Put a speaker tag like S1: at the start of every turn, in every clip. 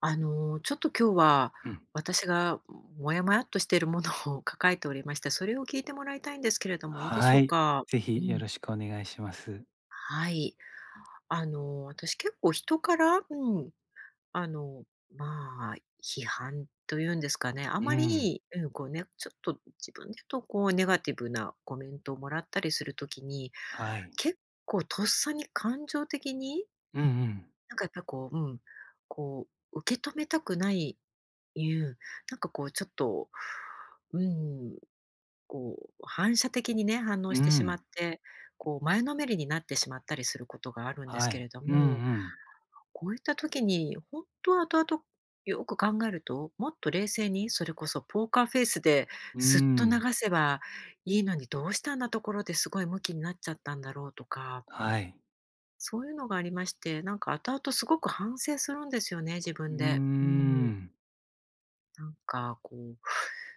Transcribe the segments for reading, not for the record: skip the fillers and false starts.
S1: あの、ちょっと今日は、
S2: うん。
S1: 私がモヤモヤっとしているものを 抱えておりまして、それを聞いてもらいたいんですけれども、いいでし
S2: は
S1: ょう
S2: い。
S1: か？
S2: ぜ
S1: う
S2: ひよ
S1: ん、
S2: ろしくお願いします。
S1: はい。あの、私結構人から、うん、あの、まあ、批判というんですかね、あ
S2: う
S1: ま
S2: ん。
S1: り、うん、こうね、ちょっと自分で言うと、こうネガティブなコメントをもらったりするときに、
S2: はい。
S1: 結構とっさに感情的に、
S2: うん
S1: なんかやっぱこう、うん、こう受け止めたくないいう、なんかこうちょっと、うん、こう反射的にね、反応
S2: うん。
S1: し
S2: う
S1: てしまっ
S2: ん。
S1: て、こう前のめりになってしまったりすることがあるんです
S2: は
S1: けれ
S2: い。
S1: ど
S2: うんう
S1: も、
S2: ん。
S1: こういった時に本当は後々よく考えると、もっと冷静に、それこそポーカーフェイスで
S2: う
S1: すっと流
S2: ん。
S1: せばいいのに、どうしてあんなところですごいムキになっちゃったんだろうとか、
S2: はい。
S1: そういうのがありまして、なんか後々すごく反省するんですよね、自
S2: う
S1: 分
S2: ー
S1: で。うん。
S2: ん。
S1: なんかこう、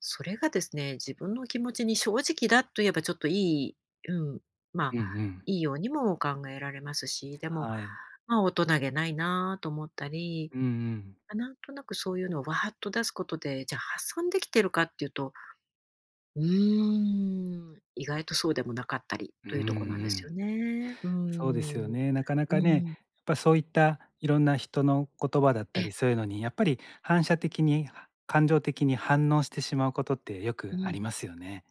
S1: それがですね、自分の気持ちに正直だと言えばちょっといい、うん、ま
S2: う
S1: あ、
S2: んうん。
S1: いいようにも考えられますし、でも、
S2: はい。
S1: まあ、大人げないなと思ったり、
S2: うんうん。
S1: まあなんとなくそういうのをわーっと出すことで、じゃあ発散できてるかっていうと、うーん、意外とそうでもなかったり
S2: うん
S1: と
S2: う
S1: いうところなんですよ
S2: ん。
S1: ね。うー
S2: そうですよ
S1: ん、
S2: ね。なかな
S1: う
S2: かね、やっ
S1: ん、
S2: ぱそういったいろんな人の言葉だっ
S1: え、
S2: たり、そういうのにやっぱり反射的に、は感情的に反応してしまうことってよく
S1: う
S2: あ
S1: ん、
S2: りますよね。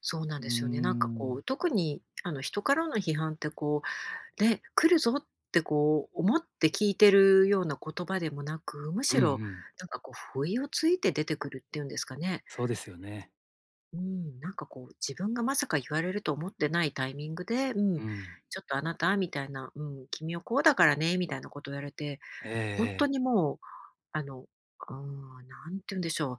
S1: そうなん
S2: うー
S1: ですよね。なんかこう、
S2: ん。
S1: 特にあの人からの批判ってこう、で、来るぞってこう思って聞いてるような言葉でもなく、む
S2: う
S1: し
S2: んう
S1: ろ
S2: ん。
S1: なんかこう不意をついて出てくるっていうんですかね。
S2: そうですよね。
S1: うん、なんかこう自分がまさか言われると思ってないタイミングで、うん、
S2: うん。
S1: ちょっとあなたみたいな、うん、君はこうだからねみたいなことを言われて、
S2: ええ
S1: 本当
S2: ええ。
S1: にもう、あの、うんなん、て言うんでしょう、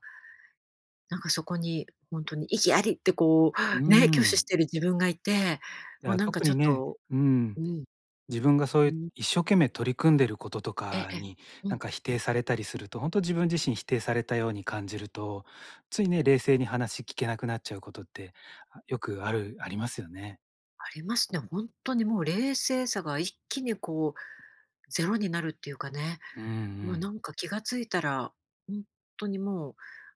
S1: なんかそこに本当に意義ありってこ
S2: うー
S1: うね、拒否し
S2: ん。
S1: てる自分がいて、
S2: い
S1: もう
S2: や、
S1: なんか
S2: 特
S1: ちょ
S2: に
S1: っ
S2: ね、
S1: と
S2: うん、
S1: うん、
S2: 自分がそうい
S1: う
S2: う
S1: ん、
S2: 一生懸命取り組んでることと
S1: ええ、
S2: かに、
S1: う
S2: なん
S1: ん。
S2: か否定されたりすると、ほんと自分自身否定されたように感じると、ついね、冷静に話聞けなくなっちゃうことって、あ、よくありますよね。
S1: ありますね。本当にもう冷静さが一気にこうゼロになるっていうかね、
S2: うんう
S1: もうな
S2: ん。
S1: んか気がついたら、本当にも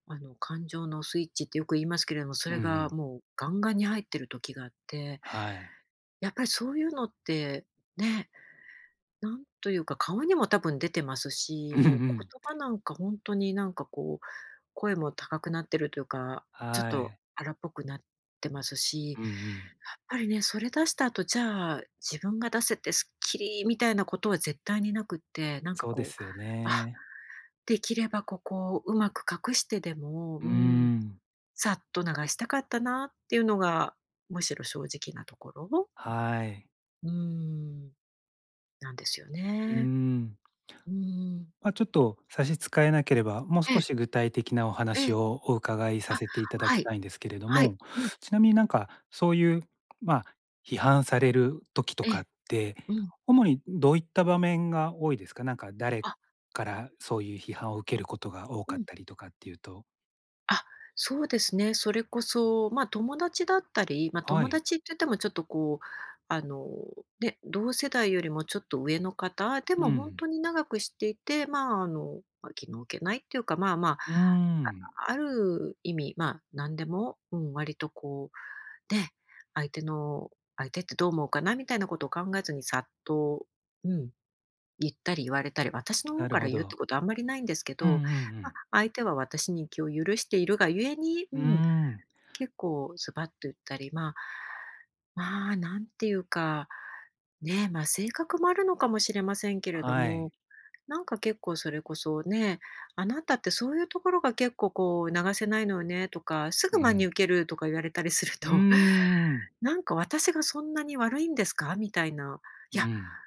S1: うあの感情のスイッチってよく言いますけれども、そ
S2: うん
S1: れ
S2: う
S1: が
S2: ん。
S1: もうガンガンに入ってる時があって、
S2: はい。
S1: やっぱりそういうのって、ね、なんというか顔にも多分出てます し、
S2: うんう
S1: もう言
S2: ん。
S1: 葉なんか本当になんかこう声も高くなってるというか、ちょっ
S2: は
S1: と
S2: い。
S1: 荒っぽくなってますし、や
S2: うんうん。
S1: っぱりね、それ出した後、じゃあ、自分が出せてスッキリみたいなことは絶対になくって、なんか
S2: そうで
S1: こう、
S2: すよ
S1: あ、
S2: ね。
S1: できればここをうまく隠してでも、
S2: う
S1: う
S2: ー
S1: ん、
S2: ん。
S1: さっと流したかったなっていうのが、むしろ正直なところ、
S2: はい。
S1: うん、なんですよ
S2: うー
S1: ね。
S2: ん。
S1: うん。
S2: まあ、ちょっと差し支えなければ、もう
S1: え
S2: 少
S1: え、
S2: し具体的なお
S1: え
S2: 話
S1: え。
S2: をお伺いさ
S1: あ、
S2: せていただ
S1: は
S2: き
S1: い、
S2: たいんですけれど
S1: はい、
S2: も、
S1: うん、
S2: ちなみになんかそういう、まあ、批判される時と
S1: え
S2: か
S1: え、
S2: って、
S1: うん。
S2: 主にどういった場面が多いですか？なんか誰
S1: あ、
S2: からそういう批判を受けることが多
S1: う
S2: かっ
S1: ん。
S2: たりとかっていうと。
S1: あ、そうですね。それこそ、ま、友達だったり、ま、
S2: は
S1: 友
S2: い。
S1: 達って言ってもちょっとこう、あの、ね、同世代よりもちょっと上の方、で
S2: う
S1: も本
S2: ん。
S1: 当に長く知っていて、まあ、あの、ま、気の置けないっていうか、まあまあ、
S2: うーん、
S1: ある意味、まあ、何でも、うん、割とこう、ね、相手の相手ってどう思うかなみたいなことを考えずにさっとうん、言ったり言われたり、私の方
S2: なる
S1: から
S2: ほ
S1: 言うって
S2: ど。
S1: ことはあんまりないんですけ
S2: うんうんう
S1: ど、ま、
S2: ん。
S1: 相手は私に気を許しているがゆえに、う
S2: うー
S1: ん、
S2: ん、
S1: 結構ズバッと言ったり、まあ、まあ、なんていうか、ね、ま、性格もあるのかもしれませんけれど
S2: は
S1: も、
S2: い。
S1: なんか結構それこそね、「あなたってそういうところが結構こう流せないのよね」とか、「す
S2: う
S1: ぐ真に
S2: ん。
S1: 受ける」とか言われたりする
S2: うー
S1: と、
S2: ん。
S1: なんか私がそんなに悪いんですか？みたいな、
S2: う
S1: いや、
S2: ん。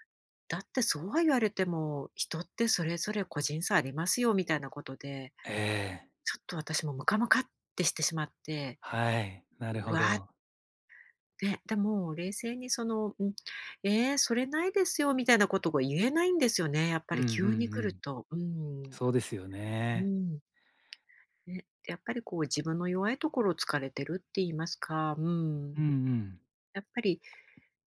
S1: だってそうは言われても、人ってそれぞれ個人差ありますよみたいなことで、
S2: ええ、
S1: ちょっと私もムカムカってしてしまって、
S2: はい、なる
S1: う
S2: ほ
S1: わーっ
S2: ど。
S1: て、でも冷静にその、うん、「えーそれないですよ」みたいなことが言えないんですよね、やっぱ
S2: うん
S1: り
S2: うんう
S1: 急に来る
S2: ん。
S1: と。うん。
S2: そうですよ
S1: う
S2: ね。
S1: ん。ね、やっぱりこう自分の弱いところを突かれてるって言いますか、うん。
S2: うんうん。
S1: やっぱり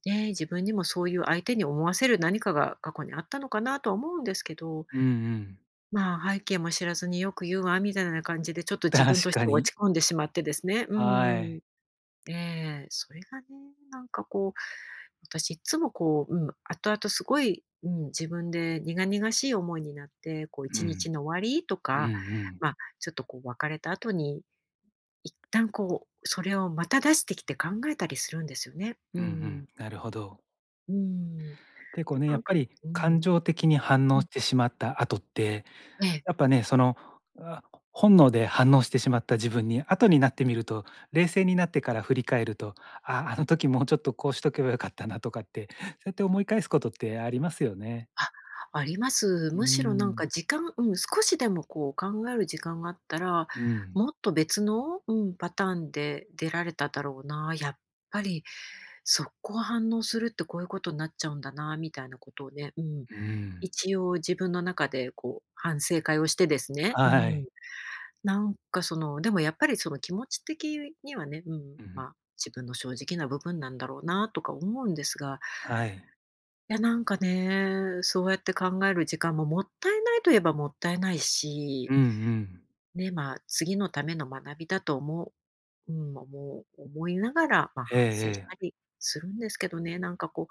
S1: ね、自分にもそういう相手に思わせる何かが過去にあったのかなとは思うんですけど、
S2: うんうん。
S1: まあ、背景も知らずによく言うわみたいな感じで、ちょっと 自
S2: 確
S1: 分とし
S2: か
S1: て落
S2: に。
S1: ち込んでしまってですね。う
S2: は
S1: ん。
S2: い。
S1: ええ、それがね、なんかこう、私いつもこう、うん、後々すごい、うん、自分で苦々しい思いになって、こう
S2: う
S1: 一日
S2: ん。
S1: の終わりと
S2: うんう
S1: か、
S2: ん。
S1: まあ、ちょっとこう別れた後に、一旦こう、それをまた出してきて考えたりするんですよね。う
S2: うんう
S1: ん。
S2: ん。なるほど。
S1: うん。で、
S2: 結構ね、
S1: な
S2: や
S1: ん
S2: っぱ
S1: か
S2: り
S1: うん。
S2: 感情的に反
S1: う
S2: 応
S1: ん。
S2: してしまった後って、
S1: ええ。
S2: やっぱね、あ、本能で反応してしまった自分に、後になってみると、冷静になってから振り返ると、あ、あの時もうちょっとこうしとけばよかったなとかって、そうやって思い返すことってありますよね。
S1: あ、あります。
S2: う
S1: むしろなんか
S2: ん。
S1: 時間うん、少しでもこう考える時間があったら、
S2: うん。
S1: もっと別の、うん、パターンで出られただろうな、やっぱり速攻反応するってこういうことになっちゃうんだなみたいなことをね、うん、
S2: うん。
S1: 一応自分の中でこう反省会をしてですね、う
S2: は
S1: ん、
S2: い。
S1: なんかその、でもやっぱりその気持ち的にはね、うん、
S2: うん。
S1: ま、自分の正直な部分なんだろうなとか思うんですが、
S2: はい。
S1: いや、なんかね、そうやって考える時間ももったいないといえばもったいないし、
S2: うんうん。
S1: ね、まあ、次のための学びだと思ううん、思う思いながら、まあ、
S2: ええ
S1: 反省し
S2: え
S1: た
S2: え。
S1: りするんですけどね、なんかこ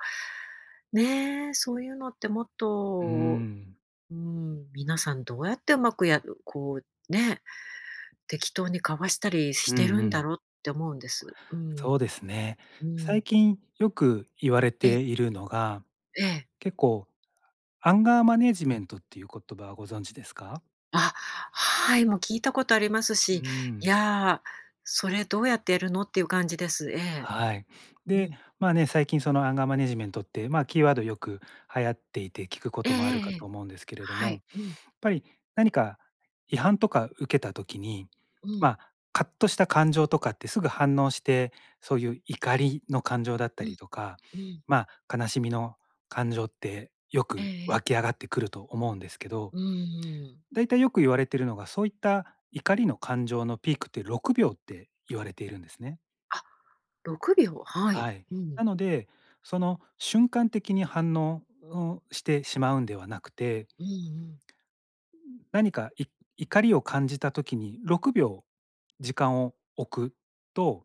S1: う、ねえ、そういうのってもっ
S2: うー
S1: と、
S2: ん。
S1: うん、皆さんどうやってうまくやるこう、ね、適当にかわしたり
S2: う
S1: し
S2: ん
S1: て
S2: う
S1: るんだ
S2: ん。
S1: ろうって思うんです。う
S2: そう
S1: ん。
S2: ですね。
S1: う
S2: 最
S1: ん。
S2: 近よく言われ
S1: え、
S2: ているのが、
S1: ええ。
S2: 結構アンガーマネジメントっていう言葉はご存知ですか？
S1: あ、はい、もう聞いたことあります
S2: う
S1: し、い
S2: ん。
S1: やー、それどうやってやるのっていう感じです。ええ。
S2: はい。
S1: う
S2: で、
S1: ん。
S2: まあね、最近そのアンガーマネジメントって、まあ、キーワードよく流行っていて聞くこ
S1: ええ
S2: ともある
S1: ええ
S2: か
S1: ええ。
S2: と思うんですけれど
S1: は
S2: も、
S1: い。うん、
S2: ぱり何か違反とか受けた時に、
S1: う
S2: ま
S1: ん、
S2: あ、カッとした感情とかってすぐ反応して、そういう怒りの感情だっ
S1: う
S2: た
S1: ん、
S2: りとか、
S1: うん。
S2: まあ、悲しみの感情ってよ
S1: ええ
S2: く
S1: え
S2: 湧
S1: え。
S2: き上がってくると思うんですけど、
S1: うんうん。
S2: だいたいよく言われているのが、そういった怒りの感情のピークって6秒って言われているんですね。
S1: あ、6秒、はい。
S2: はい。
S1: うん。
S2: なので、その瞬間的に反応をしてしまうんではなくて、
S1: うんうん。
S2: 何か怒りを感じた時に6秒時間を置くと、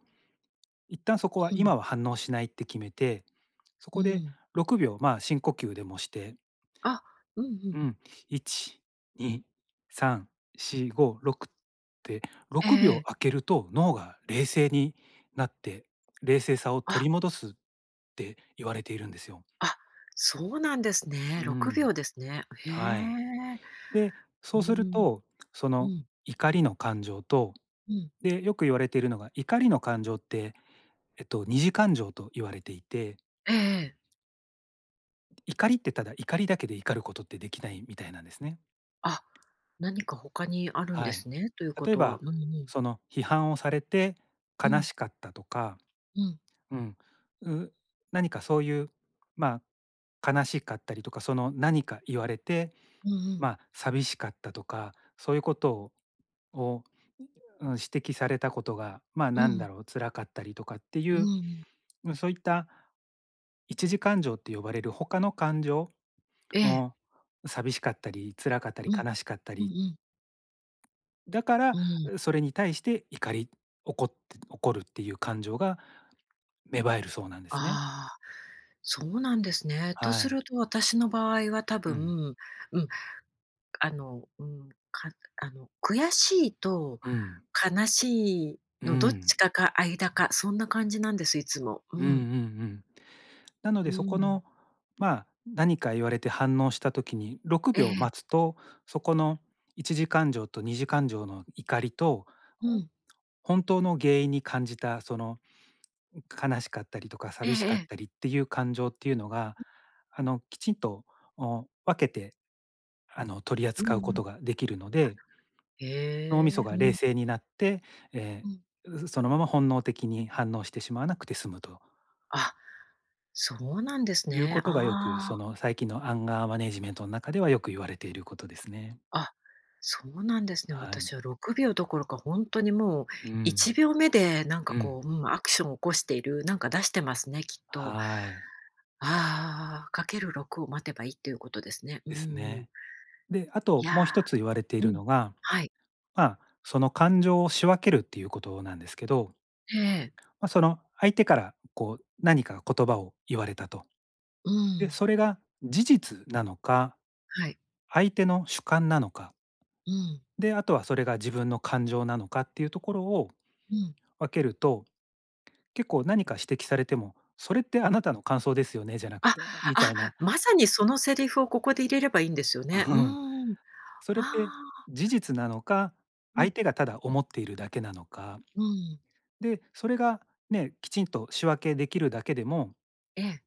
S2: 一旦そこは
S1: うん、
S2: 今は反応しないって決めて、そ
S1: う
S2: こで
S1: ん。
S2: 6秒、まあ、深呼吸でもして、
S1: あ、うんうん。
S2: うん、1、2、3、4、5、6って
S1: ええ
S2: 6秒
S1: え
S2: 空
S1: え。
S2: けると脳が冷静になって、冷静さを取
S1: あ、
S2: り戻すって言われているんですよ。
S1: あ、そうなんですね。
S2: う
S1: 6
S2: ん。
S1: 秒ですね。へ
S2: はい。
S1: え。
S2: で、そ
S1: う
S2: うする
S1: ん、
S2: と、そ
S1: う
S2: の
S1: ん、
S2: 怒りの感情と、
S1: うん。
S2: で、よく言われているのが、怒りの感情って、二次感情と言われていて、
S1: ええええ。
S2: 怒りってただ怒りだけで怒ることってできないみたいなんですね。
S1: あ、何か他にあるんで
S2: は
S1: す
S2: い。
S1: ね、というこ
S2: 例え
S1: とは。
S2: ば、
S1: うんうん。
S2: その批判をされて
S1: う
S2: 悲
S1: ん、
S2: しかったとか、
S1: うん、
S2: うん、う何かそういう、まあ、悲しかったりとか、その何か言われて、
S1: うんう
S2: ま
S1: ん、
S2: あ、寂しかったとか、そういうことを指摘されたことが、まあ、
S1: う
S2: なん
S1: ん、
S2: だろう、辛かったりとかってい
S1: う
S2: う、
S1: ん。
S2: うんそういった一時感情って呼ばれる他の感情、
S1: え
S2: う
S1: え、
S2: ん、寂しかったり、辛かった
S1: う
S2: り、
S1: ん、
S2: 悲しかった
S1: うん
S2: り、
S1: うん、
S2: だか
S1: う
S2: ら、
S1: ん。
S2: それに対して怒って怒るっていう感情が芽生えるそうなんですね。
S1: ああ、そうなんですね。と
S2: は
S1: す
S2: い。
S1: ると私の場合は多
S2: うん。
S1: 分、うん、あの、うん、かあの、悔しいと
S2: うん。
S1: 悲しい
S2: う
S1: のどっち
S2: ん。
S1: かか間か、そんな感じなんです、いつも。う
S2: うんうんう
S1: ん、
S2: ん。なの
S1: う
S2: でそこ
S1: ん。
S2: の、まあ、何か言われて反応した時に
S1: え
S2: 6
S1: え、
S2: 秒待つと、そこの一次感情と二次感情の怒りと、
S1: うん。
S2: 本当の原因に感じたその悲しかったりとか
S1: ええ
S2: 寂し
S1: え
S2: かっ
S1: え。
S2: たりっていう感情っていうのが、きちんと、分けて、取り
S1: うん
S2: 扱
S1: う
S2: うこ
S1: ん。
S2: とができるので、脳みそ
S1: へえ、う
S2: が冷
S1: ん、
S2: 静になって、え
S1: う
S2: ー
S1: ん。
S2: そのまま本能的に反応してしまわなくて済むと
S1: あ、そうなんです
S2: いうこ
S1: ね。
S2: とがよく、
S1: あ
S2: そ
S1: あ。
S2: の、最近のアンガーマネジメントの中ではよく言われていることですね。
S1: あ、そうなんですね。
S2: はい。
S1: 私は6秒どころか、本当にもう
S2: う
S1: 1
S2: ん。
S1: 秒目でなんか
S2: うん。
S1: こう、うん、アクションを起こしている、なんか出してますね、きっと。
S2: はい。
S1: ああ、かける6を待てばいいっていうことですね。う
S2: です
S1: ん
S2: ね。で、あ
S1: い
S2: ともう
S1: や
S2: 一つ言われてい
S1: ー、う
S2: る
S1: ん。
S2: のが、
S1: はい。
S2: まあ、その感情を仕分けるっていうことなんですけど、
S1: ええ。
S2: まあ、その、相手からこう、何か言葉を言われたと。
S1: う
S2: で、
S1: ん。
S2: それが事実なのか、
S1: はい。
S2: 相手の主観なのか、
S1: うん。
S2: で、あとはそれが自分の感情なのかっていうところを
S1: うん。
S2: 分けると、結構何か指摘されても、「それってあなたの感想ですよね？」じゃなく
S1: あ、
S2: て、あ、みたい
S1: あ、
S2: な、
S1: まさにそのセリフをここで入れればいいんですよね。
S2: う
S1: う
S2: ん、
S1: ん。
S2: それ
S1: あ
S2: って
S1: あ、
S2: 事実なのか、
S1: う
S2: 相
S1: ん、
S2: 手がただ思っているだけなのか、
S1: うん。
S2: で、それがね、きちんと仕分けできるだけでも
S1: ええ、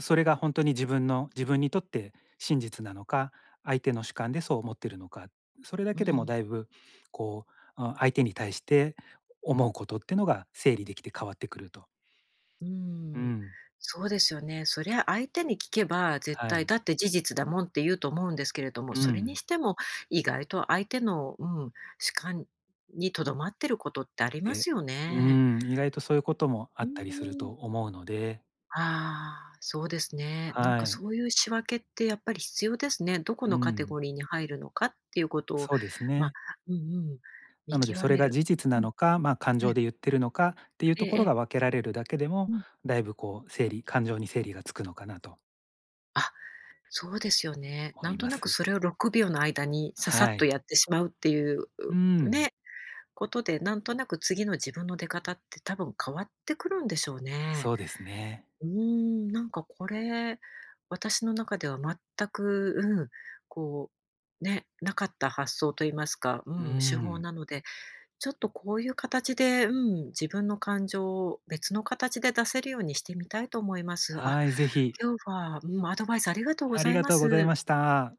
S2: それが本当に自分にとって真実なのか、相手の主観でそう思ってるのか、それだ
S1: う
S2: けでも
S1: ん。
S2: だいぶこう、あ、相手に対して思うことってのが整理できて変わってくると。
S1: うー
S2: う
S1: ん、
S2: ん、
S1: そうですよね。そりゃ相手に聞けば、絶
S2: は
S1: 対
S2: い。
S1: だって事実だもんって言うと思うんですけれども、
S2: う
S1: それに
S2: ん。
S1: しても意外と相手の、うん、主観にとどまってることってありま
S2: で
S1: すよ
S2: う
S1: ね。
S2: ん、意外とそういうことも
S1: う
S2: あったりする
S1: ー
S2: と
S1: ん。
S2: 思うので、
S1: ああ、そうですね。なん
S2: は
S1: か
S2: い。
S1: そういう仕分けってやっぱり必要ですね。どこ
S2: う
S1: のカテ
S2: ん、
S1: ゴリーに入るのかっていうことを、
S2: そうです
S1: まあ、
S2: ね。
S1: うんうん、見
S2: なのでそ
S1: 極
S2: れ
S1: め
S2: が
S1: る。
S2: 事実
S1: う
S2: な
S1: ん、
S2: のか、まあ、感
S1: え
S2: 情
S1: え、
S2: で言ってるのかっていう
S1: え
S2: と
S1: え
S2: こ
S1: え
S2: ろが
S1: え、
S2: 分けられるだけで
S1: う
S2: も、
S1: ん。
S2: だいぶこう感情に整理がつくのかなと
S1: あそうですよね。
S2: 思
S1: なん
S2: い
S1: と
S2: ま
S1: なく
S2: す。
S1: それを6秒の間にささ
S2: は
S1: っと
S2: い。
S1: やってしまうっていう、
S2: う
S1: う
S2: ん、
S1: ね、ことで、なんとなく次の自分の出方って多分変わってくるんでしょうね。
S2: そうですね。
S1: うーん、なんかこれ、私の中では全く、うん、こう、ね、なかった発想と言いますか、う
S2: う
S1: ん、手法
S2: ん。
S1: なので、ちょっとこういう形で、うん、自分の感情を別の形で出せるようにしてみたいと思います。あ、
S2: はい、ぜひ、
S1: 今日は、うん、アドバイスありがとうご
S2: あ
S1: ざ
S2: り
S1: い
S2: が
S1: ま
S2: とうござい
S1: す。
S2: ました。